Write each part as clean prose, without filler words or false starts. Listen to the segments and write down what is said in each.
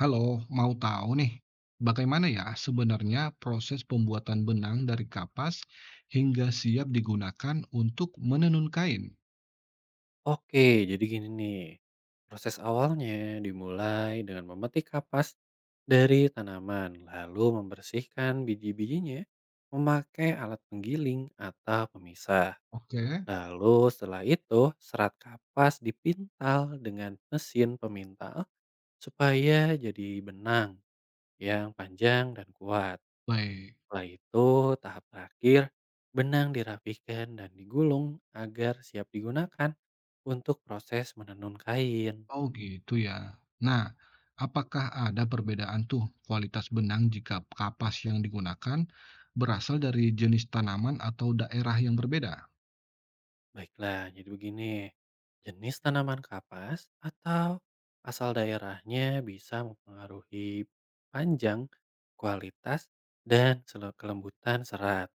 Halo, mau tahu nih, bagaimana ya sebenarnya proses pembuatan benang dari kapas hingga siap digunakan untuk menenun kain? Oke, jadi gini nih. Proses awalnya dimulai dengan memetik kapas dari tanaman, lalu membersihkan biji-bijinya memakai alat penggiling atau pemisah. Oke. Lalu setelah itu, serat kapas dipintal dengan mesin pemintal supaya jadi benang yang panjang dan kuat. Baik. Setelah itu, tahap terakhir, benang dirapikan dan digulung agar siap digunakan untuk proses menenun kain. Oh gitu ya. Nah, apakah ada perbedaan tuh kualitas benang jika kapas yang digunakan berasal dari jenis tanaman atau daerah yang berbeda? Baiklah, jadi begini. Jenis tanaman kapas atau asal daerahnya bisa mempengaruhi panjang, kualitas, dan kelembutan serat.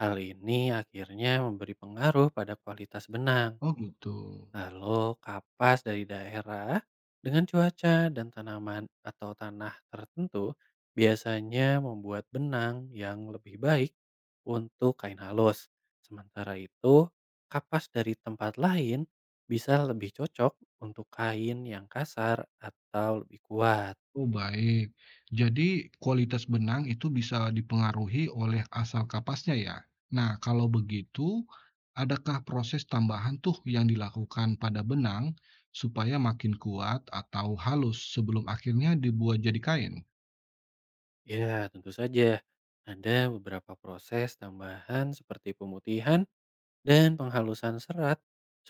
Hal ini akhirnya memberi pengaruh pada kualitas benang. Oh gitu. Lalu kapas dari daerah dengan cuaca dan tanaman atau tanah tertentu biasanya membuat benang yang lebih baik untuk kain halus. Sementara itu, kapas dari tempat lain bisa lebih cocok untuk kain yang kasar atau lebih kuat. Oh, baik. Jadi kualitas benang itu bisa dipengaruhi oleh asal kapasnya ya. Nah, kalau begitu, adakah proses tambahan tuh yang dilakukan pada benang supaya makin kuat atau halus sebelum akhirnya dibuat jadi kain? Ya, tentu saja ada beberapa proses tambahan seperti pemutihan dan penghalusan serat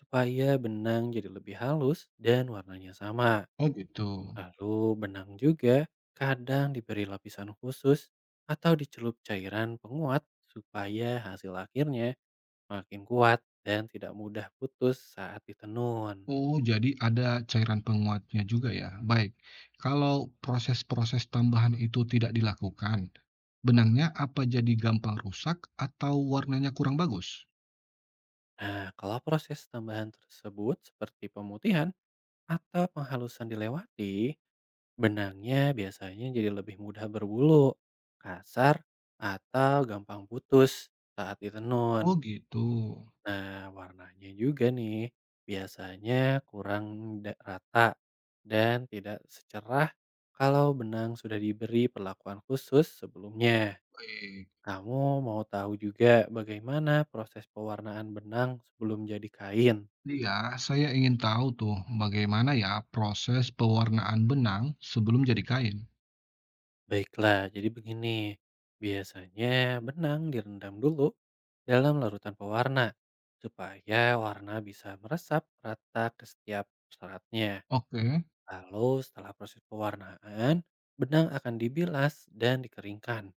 supaya benang jadi lebih halus dan warnanya sama. Oh, gitu. Lalu benang juga kadang diberi lapisan khusus atau dicelup cairan penguat supaya hasil akhirnya makin kuat dan tidak mudah putus saat ditenun. Oh, jadi ada cairan penguatnya juga ya. Baik. Kalau proses-proses tambahan itu tidak dilakukan, benangnya apa jadi gampang rusak atau warnanya kurang bagus? Nah, kalau proses tambahan tersebut seperti pemutihan atau penghalusan dilewati, benangnya biasanya jadi lebih mudah berbulu, kasar, atau gampang putus saat Oh ditenun. gitu. Nah, warnanya juga nih biasanya kurang rata dan tidak secerah kalau benang sudah diberi perlakuan khusus sebelumnya. Oke. Kamu mau tahu juga bagaimana proses pewarnaan benang sebelum jadi kain? Iya, saya ingin tahu tuh bagaimana ya proses pewarnaan benang sebelum jadi kain. Baiklah, jadi begini. Biasanya benang direndam dulu dalam larutan pewarna supaya warna bisa meresap rata ke setiap seratnya. Oke, Lalu setelah proses pewarnaan, benang akan dibilas dan dikeringkan.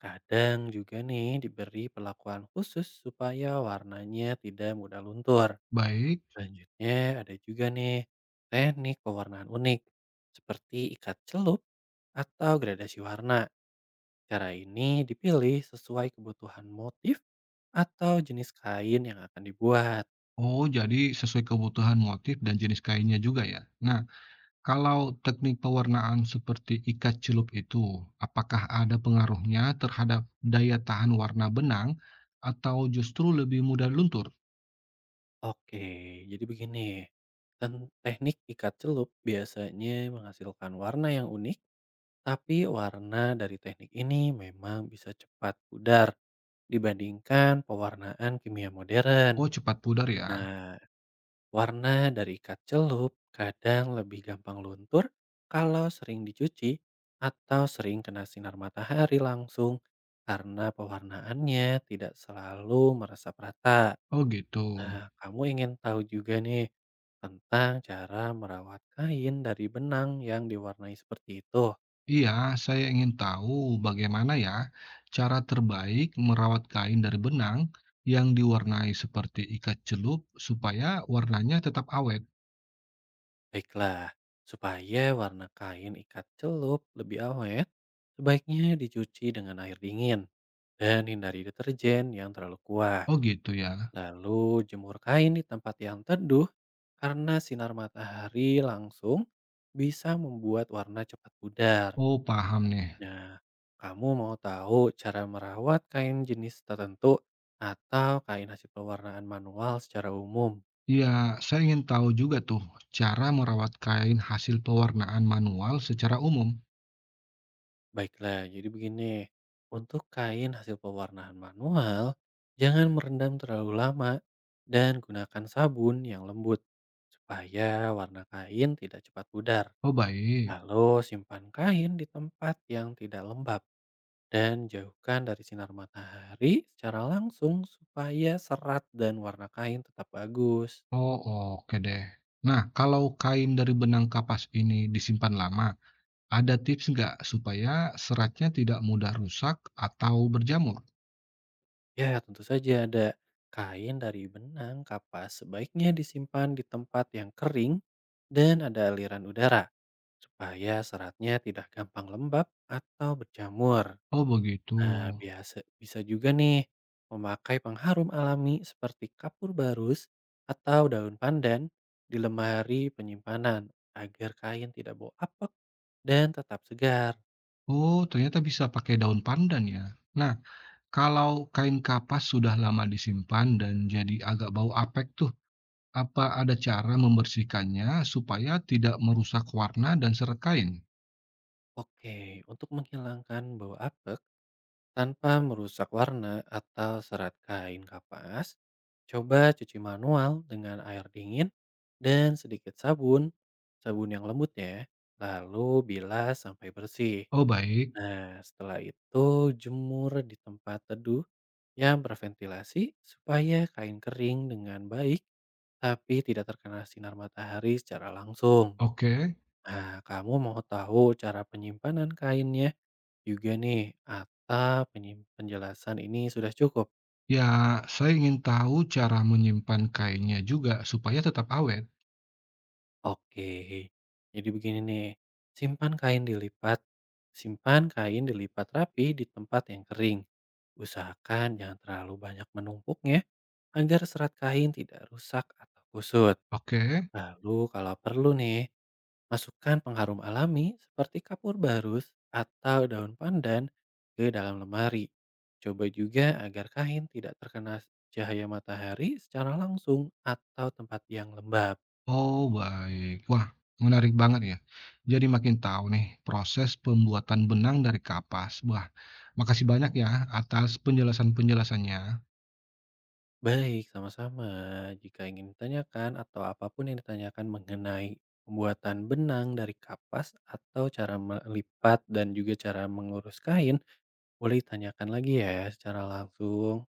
Kadang juga nih diberi perlakuan khusus supaya warnanya tidak mudah luntur. baik. Selanjutnya ada juga nih teknik pewarnaan unik seperti ikat celup atau gradasi warna. Cara ini dipilih sesuai kebutuhan motif atau jenis kain yang akan dibuat. Oh, jadi sesuai kebutuhan motif dan jenis kainnya juga ya. Nah, kalau teknik pewarnaan seperti ikat celup itu, apakah ada pengaruhnya terhadap daya tahan warna benang atau justru lebih mudah luntur? Oke, jadi begini. Dan teknik ikat celup biasanya menghasilkan warna yang unik, tapi warna dari teknik ini memang bisa cepat pudar dibandingkan pewarnaan kimia modern. Oh, cepat pudar ya. Nah, warna dari ikat celup kadang lebih gampang luntur kalau sering dicuci atau sering kena sinar matahari langsung karena pewarnaannya tidak selalu meresap rata. Oh, gitu. Nah, kamu ingin tahu juga nih tentang cara merawat kain dari benang yang diwarnai seperti itu. Iya, saya ingin tahu bagaimana ya cara terbaik merawat kain dari benang yang diwarnai seperti ikat celup supaya warnanya tetap awet. Baiklah, supaya warna kain ikat celup lebih awet, sebaiknya dicuci dengan air dingin dan hindari deterjen yang terlalu kuat. Oh gitu ya. Lalu jemur kain di tempat yang teduh karena sinar matahari langsung bisa membuat warna cepat pudar. Oh paham nih. Nah, kamu mau tahu cara merawat kain jenis tertentu atau kain hasil pewarnaan manual secara umum? Iya, saya ingin tahu juga tuh cara merawat kain hasil pewarnaan manual secara umum. Baiklah, jadi begini. Untuk kain hasil pewarnaan manual, jangan merendam terlalu lama dan gunakan sabun yang lembut supaya warna kain tidak cepat pudar. Oh baik. Lalu simpan kain di tempat yang tidak lembab dan jauhkan dari sinar matahari secara langsung supaya serat dan warna kain tetap bagus. Oh, oke deh. Nah, kalau kain dari benang kapas ini disimpan lama, ada tips nggak supaya seratnya tidak mudah rusak atau berjamur? Ya, tentu saja ada. Kain dari benang kapas sebaiknya disimpan di tempat yang kering dan ada aliran udara supaya seratnya tidak gampang lembab atau berjamur. Oh begitu. Nah, biasa bisa juga nih memakai pengharum alami seperti kapur barus atau daun pandan di lemari penyimpanan agar kain tidak bau apek dan tetap segar. Oh ternyata bisa pakai daun pandan ya. Nah, kalau kain kapas sudah lama disimpan dan jadi agak bau apek tuh, apa ada cara membersihkannya supaya tidak merusak warna dan serat kain? Oke, untuk menghilangkan bau apek tanpa merusak warna atau serat kain kapas, coba cuci manual dengan air dingin dan sedikit sabun, sabun yang lembut ya, lalu bilas sampai bersih. Oh baik, Nah, setelah itu jemur di tempat teduh yang berventilasi supaya kain kering dengan baik tapi tidak terkena sinar matahari secara langsung. oke. Nah, kamu mau tahu cara penyimpanan kainnya juga nih atau penjelasan ini sudah cukup? Ya, saya ingin tahu cara menyimpan kainnya juga supaya tetap awet. Oke. Jadi begini nih, simpan kain dilipat. Simpan kain dilipat rapi di tempat yang kering. Usahakan jangan terlalu banyak menumpuknya agar serat kain tidak rusak atau kusut. Oke. Lalu kalau perlu nih, masukkan pengharum alami seperti kapur barus atau daun pandan ke dalam lemari. Coba juga agar kain tidak terkena cahaya matahari secara langsung atau tempat yang lembab. Oh, baik. Wah, menarik banget ya. Jadi makin tahu nih proses pembuatan benang dari kapas. Wah, makasih banyak ya atas penjelasan-penjelasannya. Baik, sama-sama. Jika ingin ditanyakan atau apapun yang ditanyakan mengenai pembuatan benang dari kapas atau cara melipat dan juga cara mengurus kain, boleh tanyakan lagi ya secara langsung.